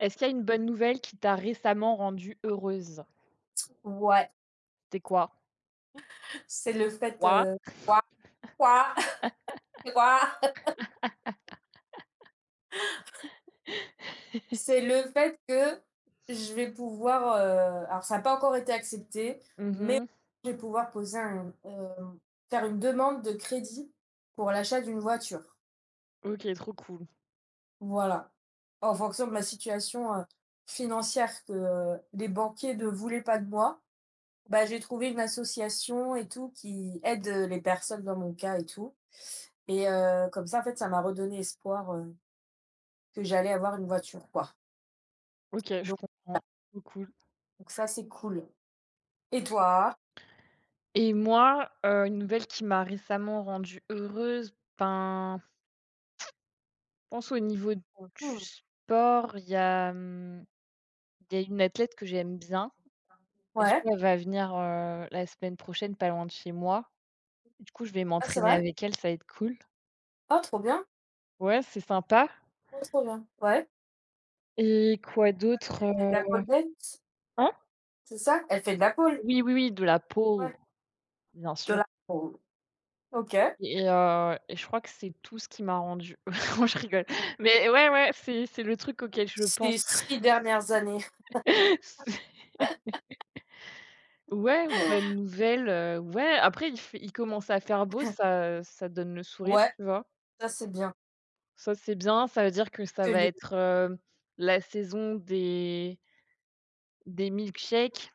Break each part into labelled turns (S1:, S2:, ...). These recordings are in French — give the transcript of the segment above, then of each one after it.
S1: Est-ce qu'il y a une bonne nouvelle qui t'a récemment rendue heureuse?
S2: Ouais,
S1: C'était quoi?
S2: c'est le fait,
S1: Quoi.
S2: quoi? Quoi? Quoi? C'est le fait que je vais pouvoir, alors ça a pas encore été accepté, mais
S1: Mmh.
S2: je vais pouvoir poser un, faire une demande de crédit pour l'achat d'une voiture.
S1: OK, trop cool.
S2: Voilà. En fonction de ma situation, financière que, les banquiers ne voulaient pas de moi, bah, j'ai trouvé une association et tout qui aide, les personnes dans mon cas et tout et comme ça en fait ça m'a redonné espoir, que j'allais avoir une voiture, quoi.
S1: OK, je comprends. Trop cool.
S2: Donc ça, c'est cool. Et toi?
S1: Et moi, une nouvelle qui m'a récemment rendue heureuse, ben, je pense au niveau du
S2: Mmh.
S1: sport, il y a une athlète que j'aime bien et du
S2: Ouais.
S1: coup, elle va venir, la semaine prochaine pas loin de chez moi. Du coup, je vais
S2: Ah, c'est
S1: m'entraîner
S2: vrai?
S1: avec elle, ça va être cool.
S2: Ah, trop bien.
S1: Ouais, c'est sympa
S2: Oh, trop bien. Ouais.
S1: et quoi d'autre,
S2: Elle fait de la
S1: heu?
S2: pole dance,
S1: Hein?
S2: c'est ça? Elle fait de la pole?
S1: Oui, oui, oui, de la peau.
S2: Ouais.
S1: Bien
S2: De
S1: sûr
S2: la pole. OK.
S1: et je crois que c'est tout ce qui m'a rendu non, je rigole, mais ouais, ouais, c'est le truc auquel je
S2: Ces
S1: pense.
S2: 6 dernières années.
S1: C'est ouais, bonne nouvelle, ouais, après il commence à faire beau, ça donne le sourire,
S2: Ouais,
S1: tu vois?
S2: ça, c'est bien.
S1: Ça, c'est bien, ça veut dire que ça
S2: Que
S1: va
S2: les.
S1: être la saison des milkshakes,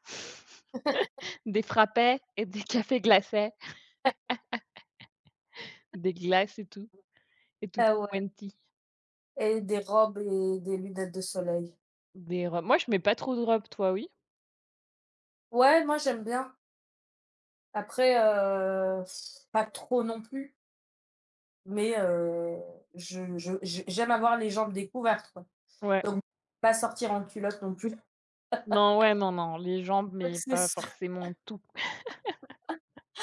S1: des frappés et des cafés glacés, des glaces et tout
S2: Ah, ouais,
S1: quanti,
S2: et des robes et des lunettes de soleil.
S1: des robes. Moi, je mets pas trop de robes, toi, oui?
S2: Ouais, moi, j'aime bien. Après, pas trop non plus, mais je j'aime avoir les jambes découvertes, quoi.
S1: Ouais.
S2: Donc pas sortir en culotte non plus.
S1: Non, ouais, non, non, les jambes,
S2: Donc
S1: mais
S2: c'est
S1: pas
S2: s
S1: forcément tout.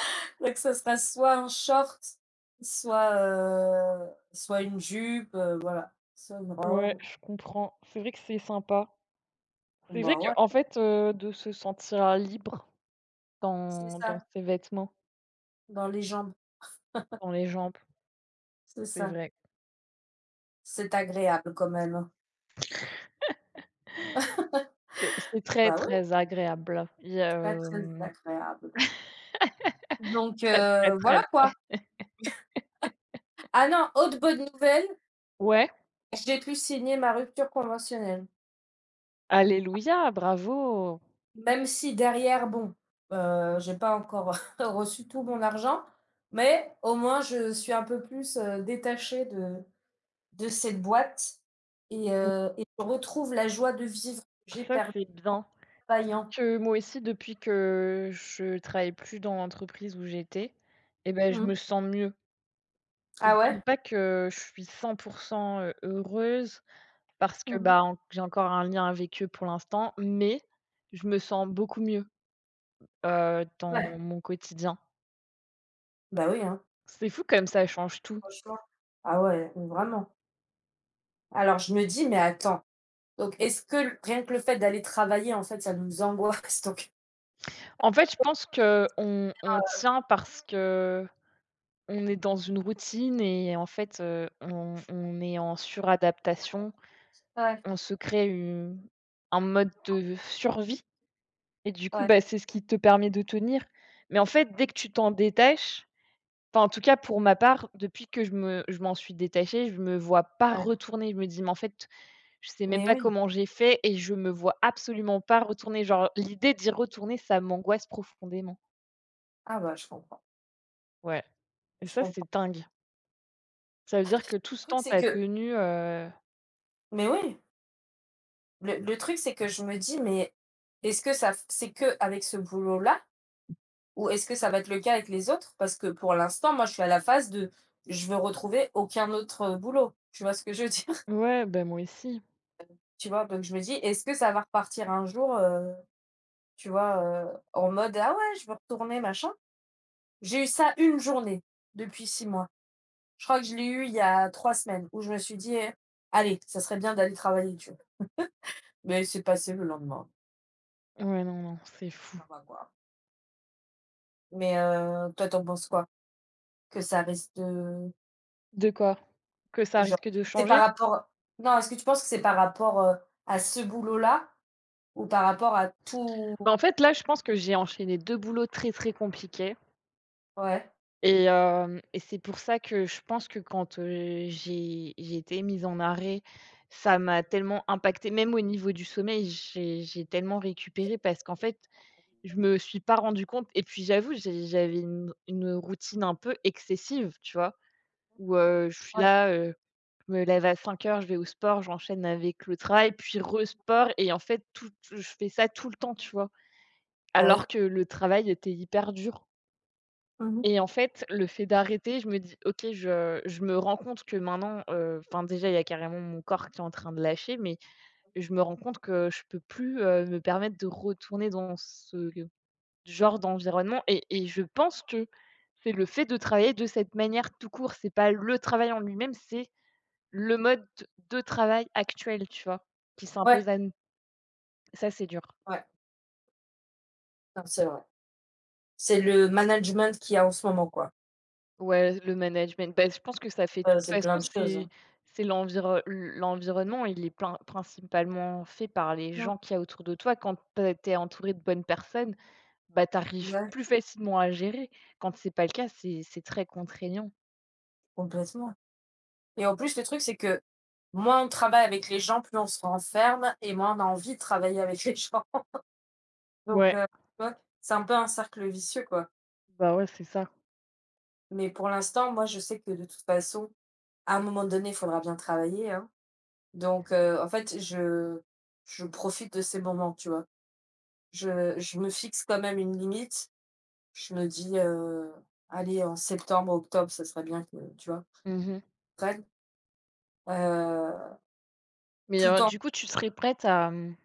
S2: Donc ce sera soit un short, soit, soit une jupe, voilà, soit une
S1: Ouais,
S2: robe.
S1: je comprends. C'est vrai que c'est sympa.
S2: Bon,
S1: C'est vrai
S2: bah,
S1: que
S2: ouais,
S1: en fait, de se sentir libre
S2: c'est
S1: dans
S2: ça,
S1: ses vêtements,
S2: dans les jambes,
S1: dans les jambes,
S2: c'est
S1: c'est
S2: ça.
S1: vrai.
S2: C'est agréable quand même.
S1: C'est très,
S2: Bah, ouais,
S1: très agréable. Il y a,
S2: très, très agréable. Donc,
S1: très, très, très,
S2: voilà quoi.
S1: très
S2: Ah non, autre bonne nouvelle,
S1: ouais,
S2: j'ai pu signer ma rupture conventionnelle.
S1: alléluia, bravo!
S2: Même si derrière, bon, j'ai pas encore reçu tout mon argent, mais au moins je suis un peu plus, détachée de cette boîte et
S1: Mmh,
S2: heu et je retrouve la joie de vivre que j'ai
S1: ça,
S2: perdue
S1: c'est bien.
S2: en travaillant.
S1: Que moi aussi, depuis que je travaille plus dans l'entreprise où j'étais et ben je
S2: Mmh.
S1: me sens mieux. Je
S2: Ah
S1: dirais
S2: ouais?
S1: pas que je suis 100 heureuse parce que, bah,
S2: Mmh.
S1: en j'ai encore un lien avec eux pour l'instant, mais je me sens beaucoup mieux,
S2: Ouais.
S1: dans mon quotidien.
S2: Bah oui, hein,
S1: C'est fou comme ça change tout.
S2: franchement. Ah ouais, vraiment. Alors je me dis: «Mais attends, donc est-ce que l rien que le fait d'aller travailler, en fait, ça nous angoisse?» Donc,
S1: En fait, je pense qu'on on tient parce qu'on est dans une routine et en fait, on est en suradaptation.
S2: ouais,
S1: On se crée u un mode de survie et du coup,
S2: ouais,
S1: bah, c'est ce qui te permet de tenir. Mais en fait, dès que tu t'en détaches, enfin, en tout cas, pour ma part, depuis que je m'en suis détachée, je me vois pas
S2: ouais.
S1: retourner. Je me dis: «Mais en fait, je sais même
S2: Mais
S1: pas
S2: oui.
S1: comment j'ai fait et je me vois absolument pas retourner». Genre, l'idée d'y retourner, ça m'angoisse profondément.
S2: Ah bah, je comprends,
S1: Ouais et
S2: je
S1: ça, c'est
S2: comprends.
S1: dingue. Ça veut dire que tout
S2: Le
S1: ce
S2: truc,
S1: temps,
S2: c'est
S1: t'as
S2: que,
S1: tenu,
S2: mais oui. Le truc, c'est que je me dis: «Mais est-ce que ça f c'est que avec ce boulot-là ou est-ce que ça va être le cas avec les autres?» parce que pour l'instant, moi, je suis à la phase de: «Je veux retrouver aucun autre, boulot». Tu vois ce que je veux dire?
S1: ouais, ben moi aussi.
S2: Tu vois? Donc je me dis: «Est-ce que ça va repartir un jour, tu vois, en mode: "Ah ouais, je veux retourner machin"?» J'ai eu ça une journée depuis 6 mois. Je crois que je l'ai eu il y a 3 semaines où je me suis dit: «Allez, ça serait bien d'aller travailler», tu vois? Mais c'est passé le lendemain,
S1: Ouais, non, non, c'est fou.
S2: ça va quoi. Mais toi, t'en penses quoi? Que ça reste,
S1: De quoi? Que ça
S2: genre,
S1: risque de
S2: c'est par
S1: changer?
S2: rapport, non, est-ce que tu penses que c'est par rapport, à ce boulot-là ou par rapport à tout,
S1: Bah, en fait, là, je pense que j'ai enchaîné 2 boulots très, très compliqués.
S2: ouais,
S1: Et hem et c'est pour ça que je pense que quand, j'ai été mise en arrêt, ça m'a tellement impacté. Même au niveau du sommeil, j'ai tellement récupéré parce qu'en fait, je me suis pas rendu compte et puis j'avoue, j'avais une routine un peu excessive, tu vois? Où, je suis
S2: ouais,
S1: là, je me lève à 5 heures, je vais au sport, j'enchaîne avec le travail, puis re-sport et en fait, tout je fais ça tout le temps, tu vois?
S2: bah,
S1: Alors
S2: ouais.
S1: que le travail était hyper dur.
S2: Mmh mh.
S1: Et en fait, le fait d'arrêter, je me dis: «OK, je me rends compte que maintenant, enfin, déjà, il y a carrément mon corps qui est en train de lâcher, mais je me rends compte que je peux plus, me permettre de retourner dans ce genre d'environnement et je pense que c'est le fait de travailler de cette manière tout court, c'est pas le travail en lui-même, c'est le mode de travail actuel, tu vois? Qui
S2: Ouais,
S1: s'impose à nous. Ça, c'est dur.
S2: ouais, non, c'est vrai. C'est le management qu'il y a en ce moment, quoi.
S1: Ouais, le management, bah, je pense que ça fait de toute
S2: C'est
S1: façon,
S2: plein de choses,
S1: c'est
S2: hein.
S1: c'est l'environnement, il est plein principalement fait par les
S2: Mmh.
S1: gens qu'il y a autour de toi. Quand tu es entouré de bonnes personnes, bah, tu arrives
S2: Ouais,
S1: plus facilement à gérer. Quand c'est pas le cas, c'est très contraignant.
S2: complètement, et en plus, le truc, c'est que moins on travaille avec les gens, plus on se renferme et moins on a envie de travailler avec les gens, donc
S1: Ouais,
S2: tu vois? C'est un peu un cercle vicieux, quoi,
S1: bah, ouais, c'est ça.
S2: mais pour l'instant, moi, je sais que de toute façon, à un moment donné, il faudra bien travailler, hein. Donc, en fait, je profite de ces moments, tu vois? Je me fixe quand même une limite. Je me dis, «Allez, en septembre, octobre, ça serait bien que», tu vois?
S1: Mmh.
S2: Prenne, heu,
S1: Mais
S2: tout en
S1: du coup, tu serais prête à,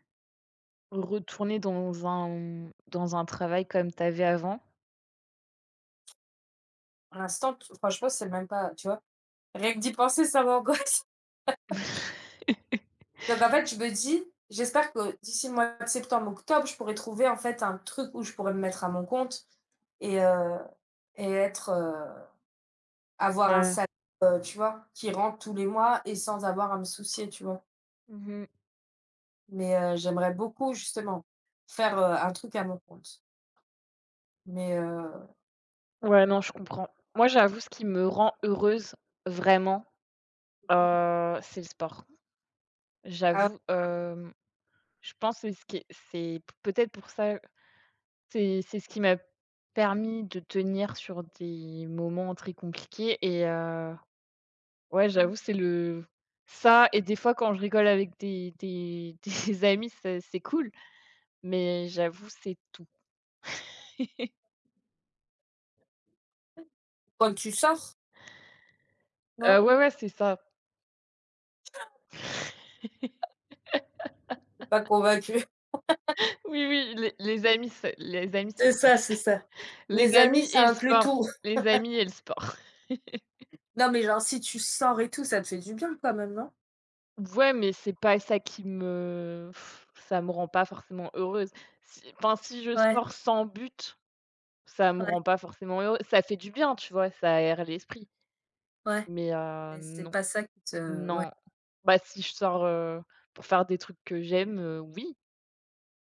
S1: retourner dans un travail comme tu avais avant?
S2: pour l'instant, t franchement, c'est même pas, tu vois? Rien que d'y penser, ça m'angoisse. Donc en fait, je me dis: «J'espère que d'ici le mois de septembre, octobre, je pourrai trouver, en fait, un truc où je pourrais me mettre à mon compte et heu, et être,» Avoir un
S1: Ouais.
S2: salaire, tu vois? Qui rentre tous les mois et sans avoir à me soucier, tu vois?
S1: Mmh.
S2: Mais, j'aimerais beaucoup justement faire, un truc à mon compte. Mais,
S1: Ouais, non, je comprends. Moi, j'avoue, ce qui me rend heureuse, vraiment,
S2: Mmh.
S1: C'est le sport.
S2: Ah ouais?
S1: J'avoue, je pense que ce qui est c'est peut-être pour ça, c'est ce qui m'a permis de tenir sur des moments très compliqués et ouais,
S2: Mmh.
S1: j'avoue, c'est le ça et des fois quand je rigole avec des des amis, c'est cool, mais j'avoue, c'est tout.
S2: Quand tu sors, non?
S1: Ouais, ouais, c'est ça.
S2: Tu es pas convaincue?
S1: Oui, oui, les amis, c'est les amis, c'est
S2: C'est
S1: cool.
S2: ça, c'est ça.
S1: Les
S2: Les
S1: amis
S2: amis,
S1: et
S2: ça
S1: le
S2: inclut
S1: sport.
S2: tout.
S1: Les amis et le sport.
S2: Non, mais genre si tu sors et tout, ça te fait du bien quand même, non?
S1: Ouais, mais c'est pas ça qui me ça me rend pas forcément heureuse. Si enfin, si je
S2: Ouais,
S1: sors sans but, ça me
S2: ouais,
S1: rend pas forcément heureux ça fait du bien, tu vois? Ça aère l'esprit,
S2: ouais.
S1: mais
S2: Mais c'est
S1: non,
S2: pas ça qui te, ouais.
S1: non. Bah, si je sors, pour faire des trucs que j'aime, oui.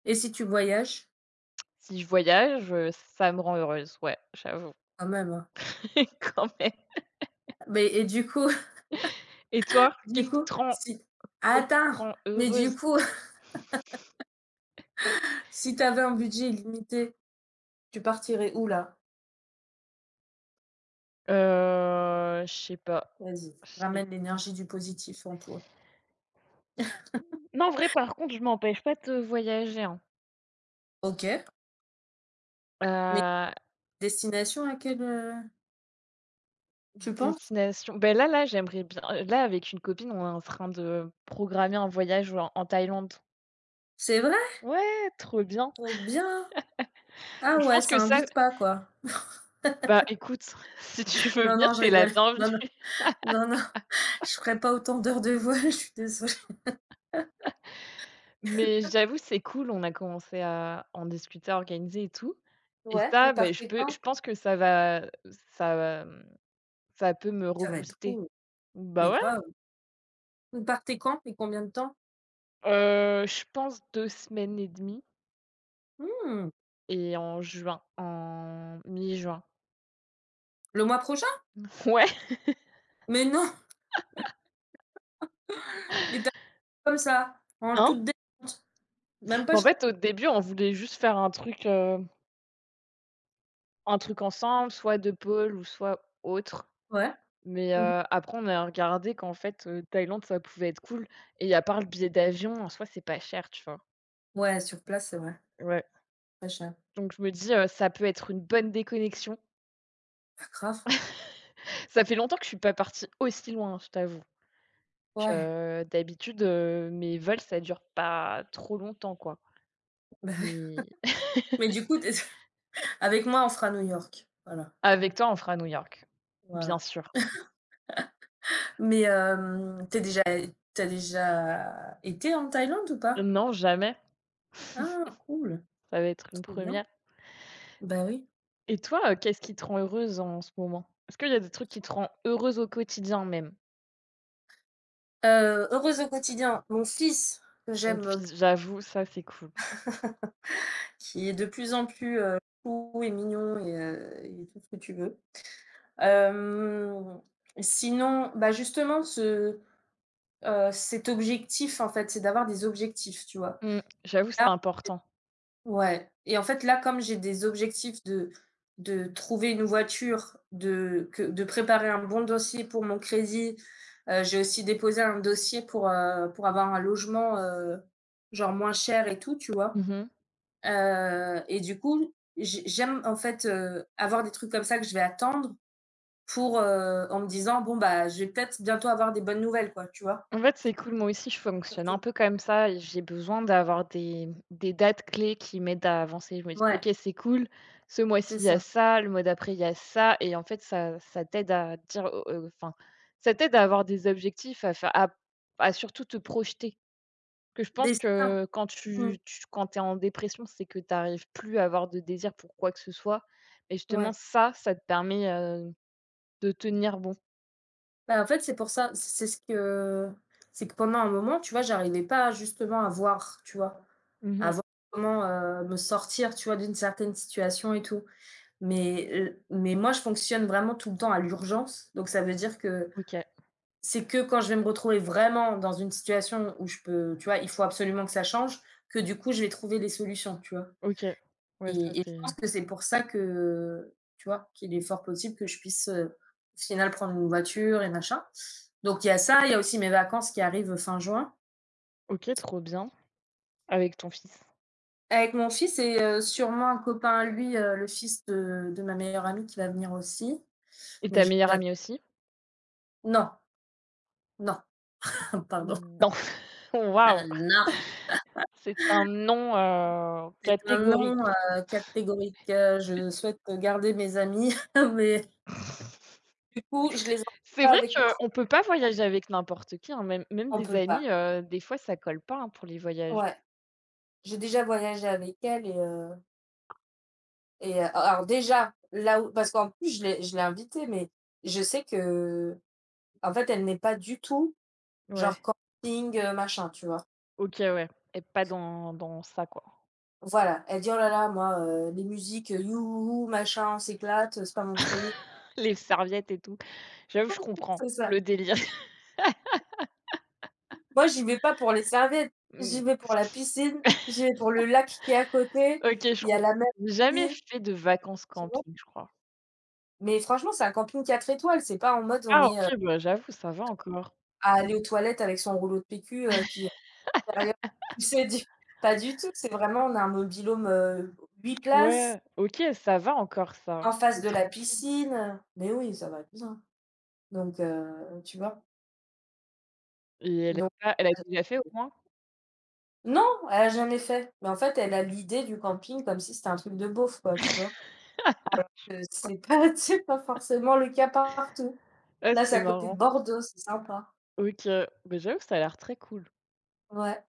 S2: Et si tu voyages?
S1: Si je voyage, ça me rend heureuse, ouais, j'avoue,
S2: Quand même, hein.
S1: quand même.
S2: Mais et du coup,
S1: Et toi,
S2: du coup, si
S1: qu'est-ce qui
S2: attends,
S1: te rend
S2: mais du
S1: heureuse?
S2: coup, si tu avais un budget illimité, tu partirais où là?
S1: Je sais pas.
S2: Vas-y,
S1: Je sais
S2: ramène l'énergie du positif en toi.
S1: non, en vrai, par contre, je m'empêche pas de voyager, hein.
S2: OK, mais
S1: Heu,
S2: destination à laquelle, tu penses?
S1: destination ben j'aimerais bien là, avec une copine, on est en train de programmer un voyage en Thaïlande.
S2: C'est vrai?
S1: Ouais, trop bien.
S2: Trop bien! Ah
S1: Je
S2: ouais,
S1: pense
S2: ça
S1: que ça
S2: invite pas quoi.
S1: Bah, écoute, si tu veux
S2: Non,
S1: venir,
S2: non, je
S1: tu es la
S2: rigole.
S1: bienvenue.
S2: Non, non, non, non, je ferai pas autant d'heures de vol, je suis désolée.
S1: Mais j'avoue, c'est cool, on a commencé à en discuter, à organiser et tout. Et
S2: Ouais, vous
S1: ça, beh,
S2: partez quand?
S1: je pense que ça va, mmh, ça peut me
S2: Ça va être
S1: rebooster.
S2: cool,
S1: Bah,
S2: mais
S1: ouais,
S2: grave. Vous partez quand et combien de temps?
S1: je pense 2 semaines et demie
S2: Mmh,
S1: et en juin, en mi-juin.
S2: le mois prochain?
S1: Ouais,
S2: Mais non, mais tu, comme ça, en
S1: hein?
S2: toute dé, même pas
S1: En
S2: ch,
S1: fait, au début, on voulait juste faire un truc ensemble, soit de pôle ou soit autre.
S2: ouais.
S1: Mais,
S2: Mmh.
S1: après on a regardé qu'en fait, Thaïlande, ça pouvait être cool et à part le billet d'avion, en soi, c'est pas cher, tu vois?
S2: Ouais, sur place, c'est vrai,
S1: Ouais.
S2: pas cher.
S1: Donc je me dis, ça peut être une bonne déconnexion.
S2: Ah, grave,
S1: Ça fait longtemps que je suis pas partie aussi loin, je t'avoue.
S2: ouais,
S1: Je d'habitude, mes vols, ça dure pas trop longtemps, quoi.
S2: bah, ouais.
S1: Mais
S2: Mais du coup, tu avec moi, on fera New York. Voilà,
S1: avec toi, on fera New York, bien
S2: voilà.
S1: sûr.
S2: Mais tu déjà t'as déjà été en Thaïlande ou pas?
S1: Non, jamais,
S2: Ah cool,
S1: ça va être une
S2: trop bien.
S1: première.
S2: Bah oui.
S1: Et toi, qu'est-ce qui te rend heureuse en ce moment? Est-ce qu'il y a des trucs qui te rendent heureuse au quotidien même?
S2: Heureuse au quotidien, mon fils que
S1: Donc
S2: j'aime
S1: fis j'avoue, ça c'est cool.
S2: qui est de plus en plus, chou et mignon et il tout ce que tu veux. Hem, sinon, bah, justement ce, cet objectif en fait, c'est d'avoir des objectifs, tu vois?
S1: Mmh. J'avoue, c'est important.
S2: Ouais, et en fait, là, comme j'ai des objectifs de trouver une voiture, de préparer un bon dossier pour mon crédit, j'ai aussi déposé un dossier pour, pour avoir un logement, genre moins cher et tout, tu vois?
S1: Mmh.
S2: Et du coup, j'aime en fait, avoir des trucs comme ça que je vais attendre pour, en me disant: «Bon, bah, je vais peut-être bientôt avoir des bonnes nouvelles», quoi, tu vois?
S1: En fait, c'est cool, moi aussi je fonctionne un
S2: Surtout.
S1: peu comme ça et j'ai besoin d'avoir des dates clés qui m'aident à avancer. Je me dis:
S2: Ouais,
S1: «OK, c'est cool, ce mois-ci
S2: c'est
S1: il y a
S2: ça.
S1: ça, le mois d'après il y a ça» et en fait ça t'aide à dire, enfin, ça t'aide à avoir des objectifs, à faire à surtout te projeter. Que je pense
S2: Des ça.
S1: que quand
S2: Mmh,
S1: tu tu quand t'es en dépression, c'est que t'arrives plus à avoir de désir pour quoi que ce soit et justement
S2: ouais.
S1: ça, ça te permet, de tenir bon.
S2: Bah, en fait, c'est pour ça. C'est ce que c'est que pendant un moment, tu vois, j'arrivais pas justement à voir, tu vois? À
S1: Mmh.
S2: voir comment, me sortir, tu vois, d'une certaine situation et tout. Mais moi, je fonctionne vraiment tout le temps à l'urgence. Donc ça veut dire que
S1: OK,
S2: c'est que quand je vais me retrouver vraiment dans une situation où je peux, tu vois, il faut absolument que ça change, que du coup, je vais trouver les solutions, tu vois?
S1: OK. Ouais, ça
S2: Et je
S1: c'est
S2: pense que c'est pour ça que, tu vois, qu'il est fort possible que je puisse, au final prendre une voiture et machin. Donc il y a ça, il y a aussi mes vacances qui arrivent fin juin
S1: OK, trop bien, avec ton fils
S2: avec mon fils et sûrement un copain à lui, le fils de ma meilleure amie qui va venir aussi.
S1: et
S2: Mais
S1: ta meilleure
S2: j'att
S1: amie aussi?
S2: non, non, pardon.
S1: Non.
S2: Ah
S1: Waouh!
S2: non,
S1: C'est un non,
S2: c'est un non,
S1: catégorique.
S2: catégorique. Je souhaite garder mes amis, mais du coup, je les emmène
S1: C'est
S2: pas
S1: vrai
S2: avec moi.
S1: qu'on peut pas voyager avec n'importe qui, hein, même même
S2: On
S1: des
S2: peut
S1: amis,
S2: pas.
S1: des fois ça colle pas, hein, pour les voyages.
S2: Ouais. J'ai déjà voyagé avec elle. Alors déjà, là où parce qu'en plus je l'ai invitée, mais je sais que, en fait, elle n'est pas du tout
S1: Ouais.
S2: genre camping, machin, tu vois?
S1: OK, ouais et pas dans ça, quoi.
S2: Voilà, elle dit: «Oh là là, moi, les musiques, youhou, machin, on s'éclate, c'est pas mon truc».
S1: Les serviettes et tout. J'avoue, je comprends
S2: C'est ça.
S1: le délire.
S2: Moi, j'y vais pas pour les serviettes, j'y
S1: Mmh.
S2: vais pour la piscine, j'y vais pour le lac qui est à côté,
S1: OK, je
S2: il y a
S1: comprends.
S2: la mer
S1: J'ai jamais
S2: aussi,
S1: fait de vacances
S2: tu vois?
S1: camping, je crois.
S2: Mais franchement, c'est un camping 4 étoiles, c'est pas en mode on
S1: Ah
S2: est,
S1: OK, bah, j'avoue, ça va encore.
S2: à aller aux toilettes avec son rouleau de PQ, qui sérieux? Tu sais du pas du tout, c'est vraiment on a un mobil-home, 8 places,
S1: Ouais, OK, ça va encore ça.
S2: en face
S1: C'est
S2: de la
S1: tranquille
S2: piscine, mais oui, ça va être bien, donc tu vois?
S1: et elle
S2: Donc
S1: a elle a déjà fait au moins?
S2: non, elle a jamais fait, mais en fait, elle a l'idée du camping comme si c'était un truc de beauf quoi, tu vois? Alors que c'est pas c'est pas forcément le cas partout.
S1: Ah,
S2: Là, c'est
S1: c'est
S2: à côté de
S1: marrant.
S2: Bordeaux, c'est sympa.
S1: OK, bah, j'avoue, ça a l'air très cool.
S2: Ouais.